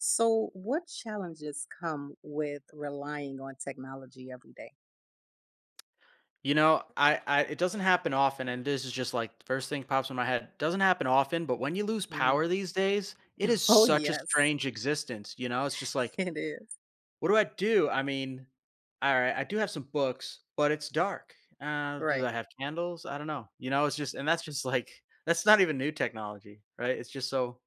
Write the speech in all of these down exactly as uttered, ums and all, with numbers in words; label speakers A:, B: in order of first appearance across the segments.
A: So, what challenges come with relying on technology every day?
B: You know, I, I it doesn't happen often, and this is just like the first thing pops in my head. Doesn't happen often, but when you lose
A: Mhm.
B: power these days, it is
A: Oh,
B: such a
A: yes,
B: strange existence. You know, it's just like,
A: it is.
B: what do I do? I mean, all right, I do have some books, but it's dark. Uh, do
A: Right.
B: I have candles? I don't know. You know, it's just, and that's just like that's not even new technology, right? It's just so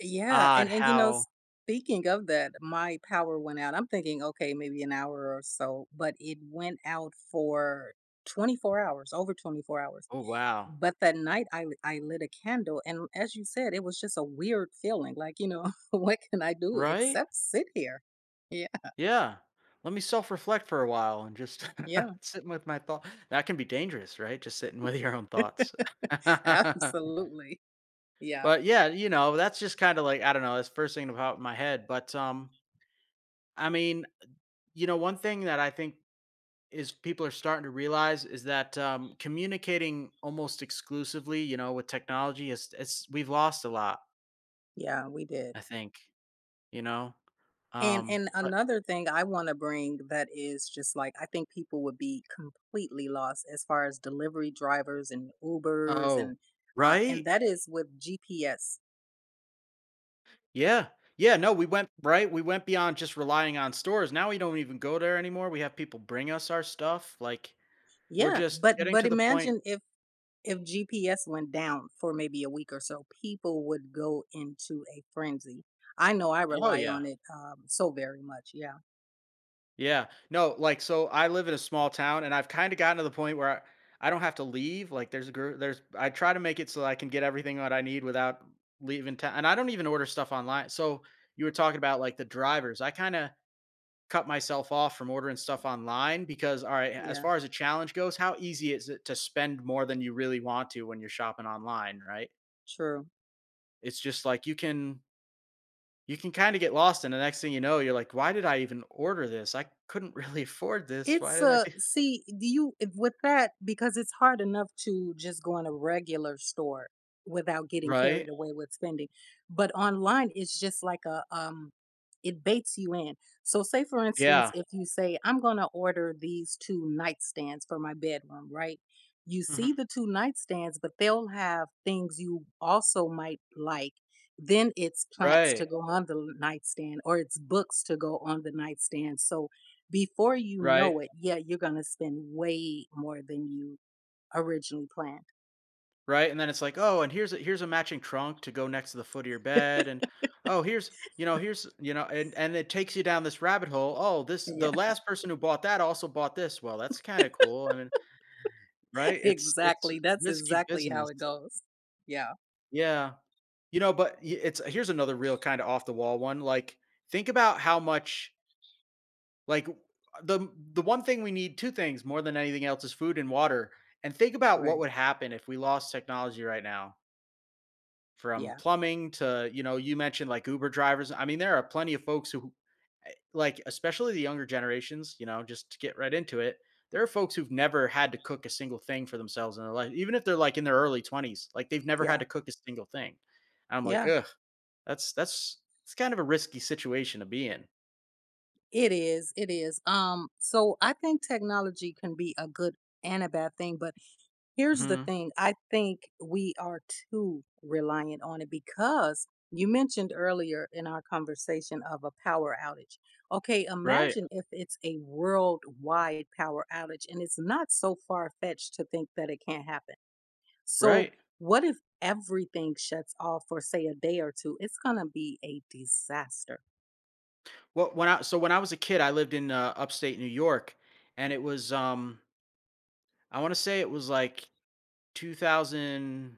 A: Yeah.
B: odd
A: And, and, you know,
B: how.
A: speaking of that, my power went out. I'm thinking, okay, maybe an hour or so, but it went out for twenty-four hours, over twenty-four hours.
B: Oh wow,
A: But that night I, l- I lit a candle. And as you said, it was just a weird feeling like, you know, what can I do
B: right?
A: except sit here? Yeah.
B: Yeah. Let me self-reflect for a while and just
A: Yeah.
B: sit with my thought. That can be dangerous, right? Just sitting with your own thoughts.
A: Absolutely. Yeah.
B: But yeah, you know, that's just kind of like I don't know, that's first thing about my head. But um, I mean, you know, one thing that I think is people are starting to realize is that um, communicating almost exclusively, you know, with technology is it's we've lost a lot.
A: Yeah, we did.
B: I think you know.
A: And
B: Um,
A: and
B: but
A: another thing I want to bring that is just like I think people would be completely lost as far as delivery drivers and Ubers
B: oh,
A: and uh and
B: right?
A: that is with G P S.
B: Yeah. Yeah, no, we went right, we went beyond just relying on stores, now we don't even go there anymore, we have people bring us our stuff, like, we're
A: Yeah,
B: just
A: but
B: getting
A: but
B: to the point.
A: imagine if if G P S went down for maybe a week or so, people would go into a frenzy. I know I
B: Oh,
A: rely
B: yeah.
A: on it um so very much. Yeah.
B: Yeah. No, like, so I live in a small town, and I've kinda gotten to the point where I I don't have to leave, like, there's a group. There's I try to make it so I can get everything that I need without leaving town and I don't even order stuff online, so you were talking about, like, the drivers, I kinda cut myself off from ordering stuff online because all right, as
A: Yeah,
B: far as a challenge goes, how easy is it to spend more than you really want to when you're shopping online, right?
A: true.
B: It's just like you can, you can kind of get lost and the next thing you know you're like, why did I even order this? I couldn't really afford this, why
A: It's
B: did I
A: a
B: do,
A: see, do you if with that because it's hard enough to just go in a regular store without getting
B: right?
A: carried away with spending. But online, it's just like a um, it baits you in. So, say for instance,
B: Yeah.
A: if you say, "I'm gonna order these two nightstands for my bedroom," right? You see
B: Mhm.
A: the two nightstands, but they'll have things you also might like. Then it's plants to
B: Right.
A: go on the nightstand, or it's books to go on the nightstand. So before you
B: right
A: know it, yeah, you're going to spend way more than you originally planned.
B: right? And then it's like, oh, and here's a, here's a matching trunk to go next to the foot of your bed, and oh, here's you know here's you know, and and it takes you down this rabbit hole. Oh, this
A: Yeah.
B: the last person who bought that also bought this. Well, that's kind of cool. I mean, right? It's it's
A: Exactly. That's
B: risky
A: exactly how
B: business.
A: it goes. Yeah.
B: Yeah, you know, but y- it's here's another real kind of off the wall one. Like, think about how much like w- the the one thing we need, two things more than anything else is food and water. And think about what
A: Right.
B: would happen if we lost technology right now. From
A: Yeah.
B: plumbing to, you know, you mentioned like Uber drivers. I mean, there are plenty of folks who like, especially the younger generations, you know, just to get right into it. There are folks who've never had to cook a single thing for themselves in their life, even if they're like in their early twenties, like they've never had
A: Yeah.
B: to cook a single thing. And I'm like,
A: Yeah.
B: ugh, that's that's it's kind of a risky situation to be in.
A: It is. It is. Um so I think technology can be a good and a bad thing, but here's the
B: Hmm.
A: thing. I think we are too reliant on it because you mentioned earlier in our conversation of a power outage. Okay,
B: Right,
A: imagine if it's a worldwide power outage, and it's not so far fetched to think that it can't happen. So,
B: right.
A: what if everything shuts off for, say, a day or two? It's going to be a disaster.
B: Well, when I so when I was a kid, I lived in uh, upstate New York, and it was um I want to say it was like two thousand.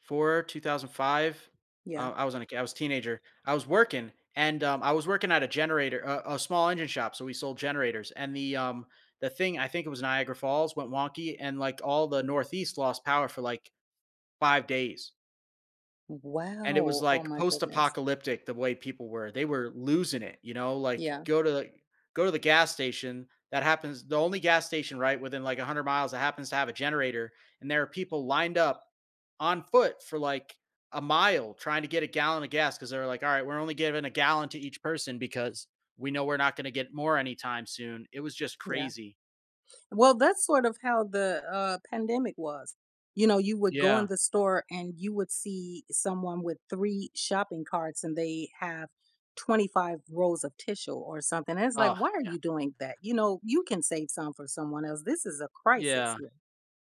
B: four, two thousand five,
A: Yeah.
B: uh, I was on a I was a teenager. I was working and, um, I was working at a generator a a small engine shop, so we sold generators, and the, um, the thing I think it was Niagara Falls went wonky, and, like, all the Northeast lost power for, like, five days. And it was,
A: Wow. Oh,
B: like,
A: my goodness.
B: post-apocalyptic the way people were. They were losing it, you know, like,
A: Yeah.
B: go to the go to the gas station, that happens the only gas station, right, within, like, one hundred miles that happens to have a generator, and there are people lined up on foot for, like, a mile trying to get a gallon of gas because 'cause they're like, "Alright, we're only giving a gallon to each person because we know we're not gonna get more anytime soon." It was just
A: Yeah.
B: crazy.
A: Well, that's sort of how the uh, pandemic was. You know, you would go in
B: Yeah.
A: the store and you would see someone with three shopping carts and they have twenty-five rolls of tissue or something. And it's like,
B: Oh,
A: why are
B: yeah.
A: you doing that? You know, you can save some for someone else. This is a crisis
B: Yeah,
A: here.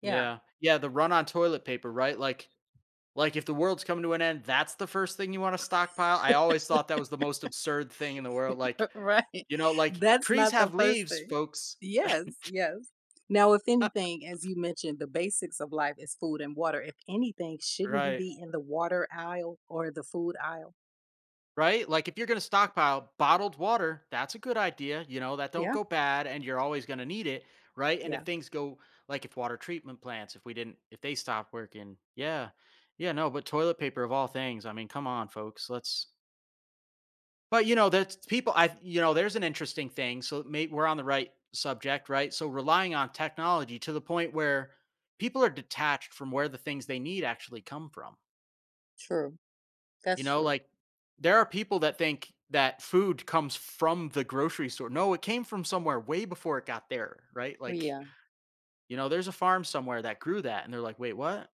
A: Yeah,
B: yeah. Yeah, the run on toilet paper, right? Like, Like, if the world's coming to an end, that's the first thing you wanna stockpile? I always thought that was the most absurd thing in the world, like,
A: right.
B: you know, like,
A: That's
B: "Trees
A: not the
B: have
A: first
B: leaves,
A: thing.
B: folks."
A: Yes, yes. Now, if anything, as you mentioned, the basics of life is food and water. If anything, shouldn't you
B: Right,
A: be in the water aisle or the food aisle?
B: right? Like, if you're gonna stockpile bottled water, that's a good idea, you know, that don't
A: Yeah.
B: go bad, and you're always gonna need it, right? And if
A: Yeah.
B: things go like, if water treatment plants, if we didn't if they stopped working, yeah. Yeah, no, but toilet paper of all things, I mean, come on, folks, let's. But you know, that's people. I You know, there's an interesting thing. So may, we're on the right subject, right? So relying on technology to the point where people are detached from where the things they need actually come from.
A: True.
B: You
A: That's
B: know,
A: true.
B: like there are people that think that food comes from the grocery store. No, it came from somewhere way before it got there, right?
A: Oh,
B: Like
A: yeah.
B: you know, there's a farm somewhere that grew that, and they're like, wait, what?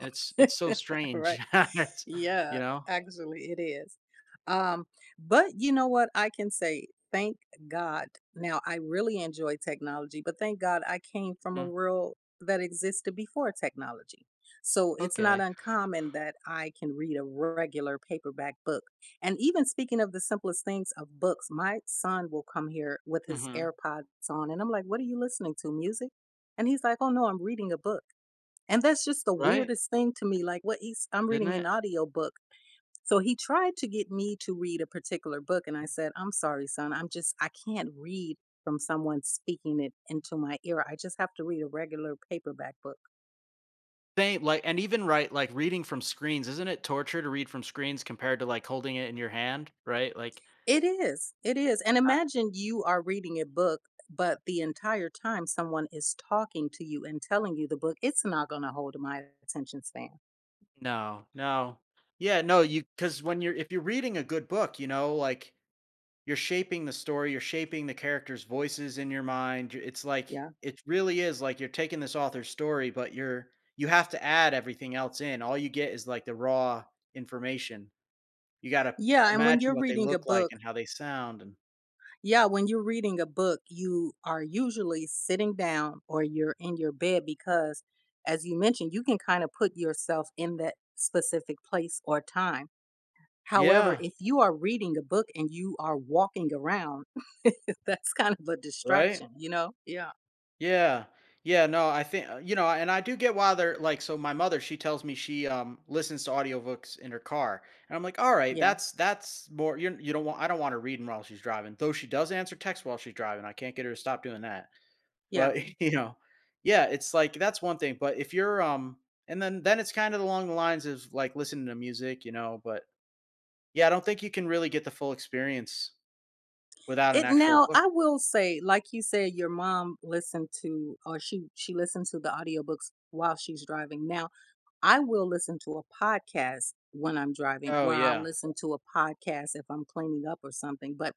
B: And it's it's so
A: Right.
B: strange. it's
A: Yeah,
B: you know,
A: actually it is. Um, but you know what? I can say thank God. Now I really enjoy technology, but thank God I came from a
B: Mhm.
A: world that existed before technology. So it's not
B: Okay,
A: uncommon that I can read a regular paperback book. And even speaking of the simplest things of books, my son will come here with his
B: hmm,
A: AirPods on and I'm like, "What are you listening to? Music?" And he's like, "Oh no, I'm reading a book." And that's just the
B: right?
A: weirdest thing to me. Like what he's I'm
B: Isn't
A: reading an
B: it?
A: audio book. So he tried to get me to read a particular book and I said, "I'm sorry, son. I'm just I can't read from someone speaking it into my ear. I just have to read a regular paperback book."
B: Same, like, and even right, like reading from screens, isn't it torture to read from screens compared to like holding it in your hand, right? Like,
A: It is. It is. And
B: uh,
A: imagine you are reading a book but the entire time someone is talking to you and telling you the book, it's not going to hold my attention span.
B: no, no, yeah, no, you because when you're if you're reading a good book, you know, like you're shaping the story, you're shaping the characters' voices in your mind. y- It's like
A: Yeah.
B: it really is like you're taking this author's story, but you're you have to add everything else in. All you get is like the raw information. You got to
A: Yeah, and when
B: imagine
A: you're
B: what they
A: reading a
B: look like
A: book
B: and how they sound, and
A: Yeah, when you're reading a book, you are usually sitting down or you're in your bed because, as you mentioned, you can kind of put yourself in that specific place or time. However,
B: yeah,
A: if you are reading a book and you are walking around, that's kind of a
B: right.
A: distraction, you know? Yeah,
B: Yeah. Yeah, no, I think uh, you know, and I do get why they're like so my mother, she tells me she um listens to audiobooks in her car. And I'm like, "All right,
A: yeah,
B: that's that's more you you don't want I don't want her reading while she's driving." Though she does answer text while she's driving. I can't get her to stop doing that.
A: yeah.
B: But, you know, yeah, it's like that's one thing, but if you're um and then then it's kind of along the lines of like listening to music, you know, but yeah, I don't think you can really get the full experience without an
A: It
B: actual
A: now
B: book.
A: I will say, like you said, your mom listened to or she she listened to the audiobooks while she's driving. Now I will listen to a podcast when I'm driving,
B: Oh,
A: or I'll
B: yeah.
A: listen to a podcast if I'm cleaning up or something. But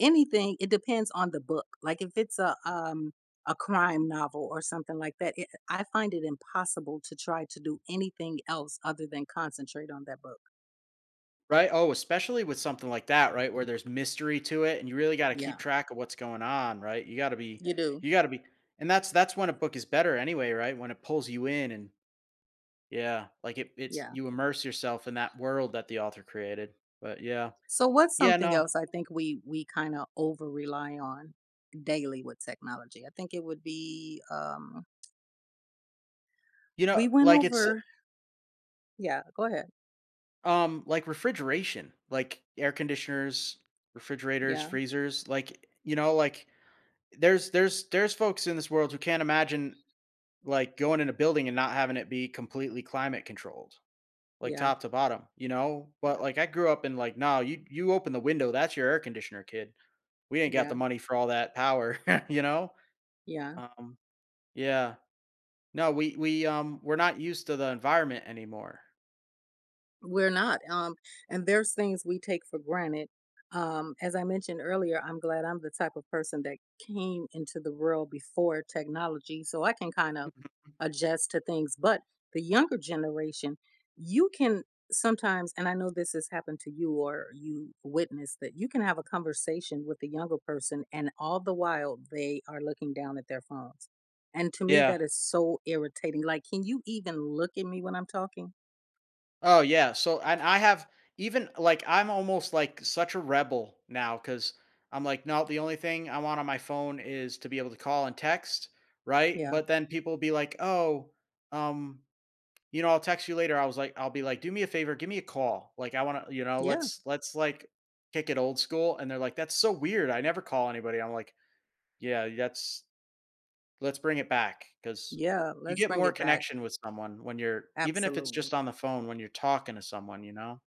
A: anything, it depends on the book. Like if it's a um a crime novel or something like that, it, I find it impossible to try to do anything else other than concentrate on that book.
B: Right? Oh, especially with something like that, right, where there's mystery to it and you really gotta keep
A: Yeah,
B: track of what's going on, right? You gotta be
A: you do.
B: you gotta be and that's that's when a book is better anyway, right? When it pulls you in and yeah, like it it's
A: Yeah.
B: you immerse yourself in that world that the author created. But yeah.
A: So what's
B: Yeah,
A: something
B: no.
A: else I think we we kind of over rely on daily with technology? I think it would be um
B: You
A: we
B: know,
A: went
B: like it's
A: over. Yeah, go ahead.
B: um like refrigeration, like air conditioners, refrigerators,
A: Yeah.
B: freezers, like you know, like there's there's there's folks in this world who can't imagine like going in a building and not having it be completely climate controlled, like
A: Yeah.
B: top to bottom, you know? But
A: Yeah,
B: like I grew up in like, no, you you open the window, that's your air conditioner, kid. We ain't got the
A: yeah,
B: money for all that power, you know?
A: yeah.
B: Um, yeah. No, we we um we're not used to the environment anymore.
A: We're not. Um, and there's things we take for granted. Um, as I mentioned earlier, I'm glad I'm the type of person that came into the world before technology, so I can kind of adjust to things. But the younger generation, you can sometimes, and I know this has happened to you or you witnessed that you can have a conversation with the younger person, and all the while they are looking down at their phones. And to me,
B: Yeah.
A: that is so irritating. Like, can you even look at me when I'm talking?
B: Oh yeah. So and I have even like I'm almost like such a rebel now because I'm like, no, the only thing I want on my phone is to be able to call and text, right?
A: Yeah.
B: But then people be like, oh, um, you know, I'll text you later. I was like, I'll be like, do me a favor, give me a call. Like I wanna, you know,
A: Yeah.
B: let's let's like kick it old school. And they're like, that's so weird. I never call anybody. I'm like, yeah, that's let's bring it back because
A: Yeah,
B: you
A: let's
B: get
A: bring
B: more
A: it back.
B: connection with someone when you're even if it's
A: Absolutely.
B: just on the phone when you're talking to someone, you know?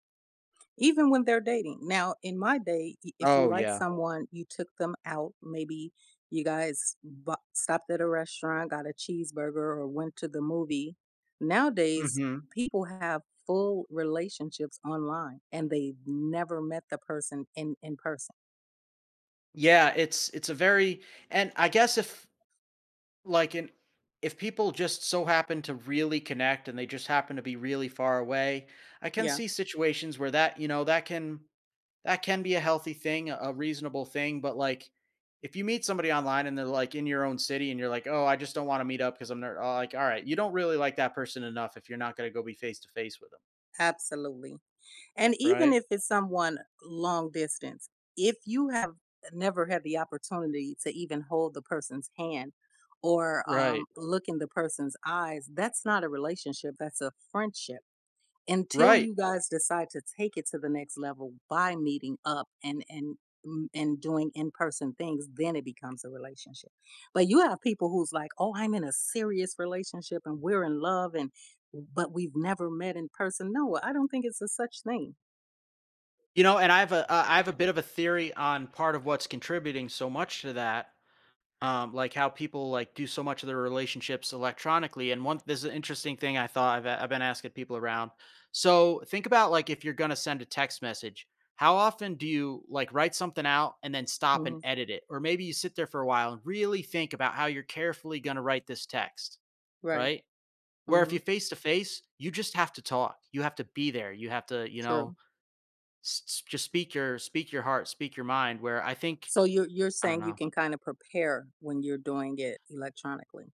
A: Even when they're dating. Now, in my day, i- if you
B: Oh,
A: like
B: yeah.
A: someone, you took them out. Maybe you guys bu- stopped at a restaurant, got a cheeseburger, or went to the movie. Nowadays,
B: Mhm.
A: people have full relationships online and they've never met the person in, in person.
B: Yeah, it's it's a very and I guess if, like, in if people just so happen to really connect and they just happen to be really far away, I can
A: Yeah,
B: see situations where that, you know, that can that can be a healthy thing, a a reasonable thing, but, like, if you meet somebody online and they're, like, in your own city and you're like, "Oh, I just don't wanna meet up because 'cause I'm ner" uh, like, all right, you don't really like that person enough if you're not gonna go be face to face with them,
A: absolutely. And even
B: right?
A: if it's someone long distance, if you have never had the opportunity to even hold the person's hand or um,
B: Right.
A: look in the person's eyes, that's not a relationship, that's a friendship. Until
B: Right.
A: you guys decide to take it to the next level by meeting up and and mm, and doing in-person things, then it becomes a relationship. But you have people who's like, "Oh, I'm in a serious relationship and we're in love and but we've never met in person." No, I don't think it's a such thing.
B: You know, and I have a uh, I have a bit of a theory on part of what's contributing so much to that, um, like how people like do so much of their relationships electronically. And one, this is an interesting thing I thought I've I've been asking people around. So think about like if you're gonna send a text message, how often do you like write something out and then stop and
A: Mhm.
B: edit it, or maybe you sit there for a while and really think about how you're carefully gonna write this text,
A: Right.
B: right? Where if you
A: Mhm.
B: face to face, you just have to talk, you have to be there, you have to, you
A: True.
B: know S s just speak your speak your heart, speak your mind where I think
A: So you're you're
B: I don't
A: saying you
B: know.
A: can kind of prepare when you're doing it electronically.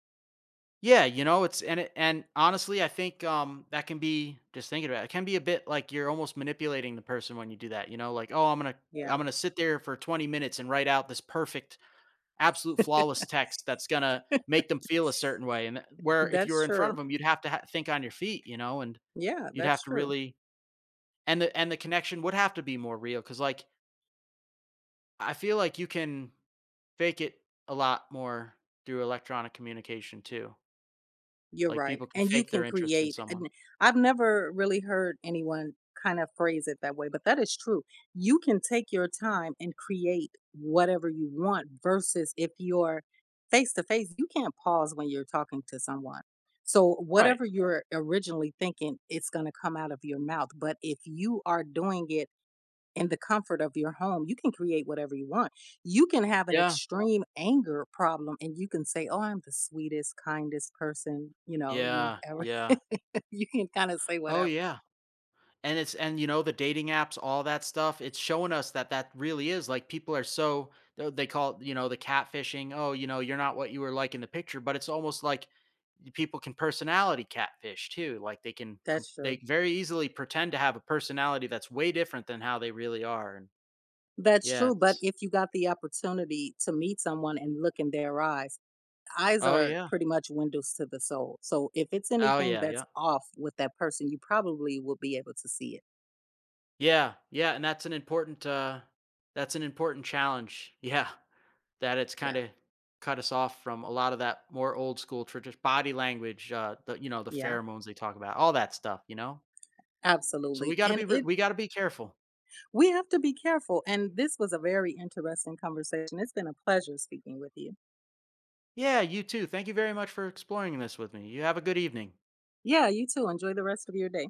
B: Yeah, you know, it's and it and honestly, I think, um, that can be just thinking about it, it can be a bit like you're almost manipulating the person when you do that, you know, like, "Oh, I'm gonna
A: Yeah.
B: I'm gonna sit there for twenty minutes and write out this perfect, absolute flawless text that's gonna make them feel a certain way," and that where if you
A: That's
B: were in front of
A: true.
B: them, 'em, you'd have to ha think on your feet, you know, and
A: Yeah,
B: you'd have
A: that's
B: to
A: true.
B: really and the and the connection would have to be more real because like, I feel like you can fake it a lot more through electronic communication too.
A: You're
B: Like,
A: right,
B: people can
A: and you
B: fake
A: can
B: their interest in
A: create
B: someone.
A: and I've never really heard anyone kind of phrase it that way, but that is true. You can take your time and create whatever you want versus if you're face to face, you can't pause when you're talking to someone. So
B: Right.
A: whatever you're originally thinking, it's going to come out of your mouth, but if you are doing it in the comfort of your home, you can create whatever you want. You can have an
B: Yeah.
A: extreme anger problem and you can say, "Oh, I'm the sweetest, kindest person, you know, you've
B: Yeah.
A: ever,"
B: Yeah.
A: you can kind of say
B: Oh,
A: whatever.
B: yeah. And it's and, you know, the dating apps, all that stuff, it's showing us that that really is, like, people are so th they call it, you know, the catfishing, "Oh, you know, you're not what you were like in the picture," but it's almost like y- people can personality catfish too. Like, they can com
A: That's
B: they
A: true.
B: very easily pretend to have a personality that's way different than how they really are, and
A: That's
B: yeah,
A: true. But
B: it's
A: if you got the opportunity to meet someone and look in their eyes, eyes
B: Oh,
A: are
B: yeah.
A: pretty much windows to the soul. So if it's
B: Oh,
A: anything
B: yeah.
A: that's
B: Yeah.
A: off with that person, you probably will be able to see it.
B: Yeah, yeah, and that's an important uh that's an important challenge. Yeah, that it's kind
A: Yeah.
B: of cut us off from a lot of that more old school tradition body language, uh the you know, the
A: Yeah.
B: pheromones they talk about, all that stuff, you know? So
A: Absolutely.
B: we got to
A: And
B: be re-
A: it
B: we got to be careful.
A: We have to be careful. And this was a very interesting conversation. It's been a pleasure speaking with you.
B: Yeah, you too. Thank you very much for exploring this with me. You have a good evening.
A: Yeah, you too. Enjoy the rest of your day.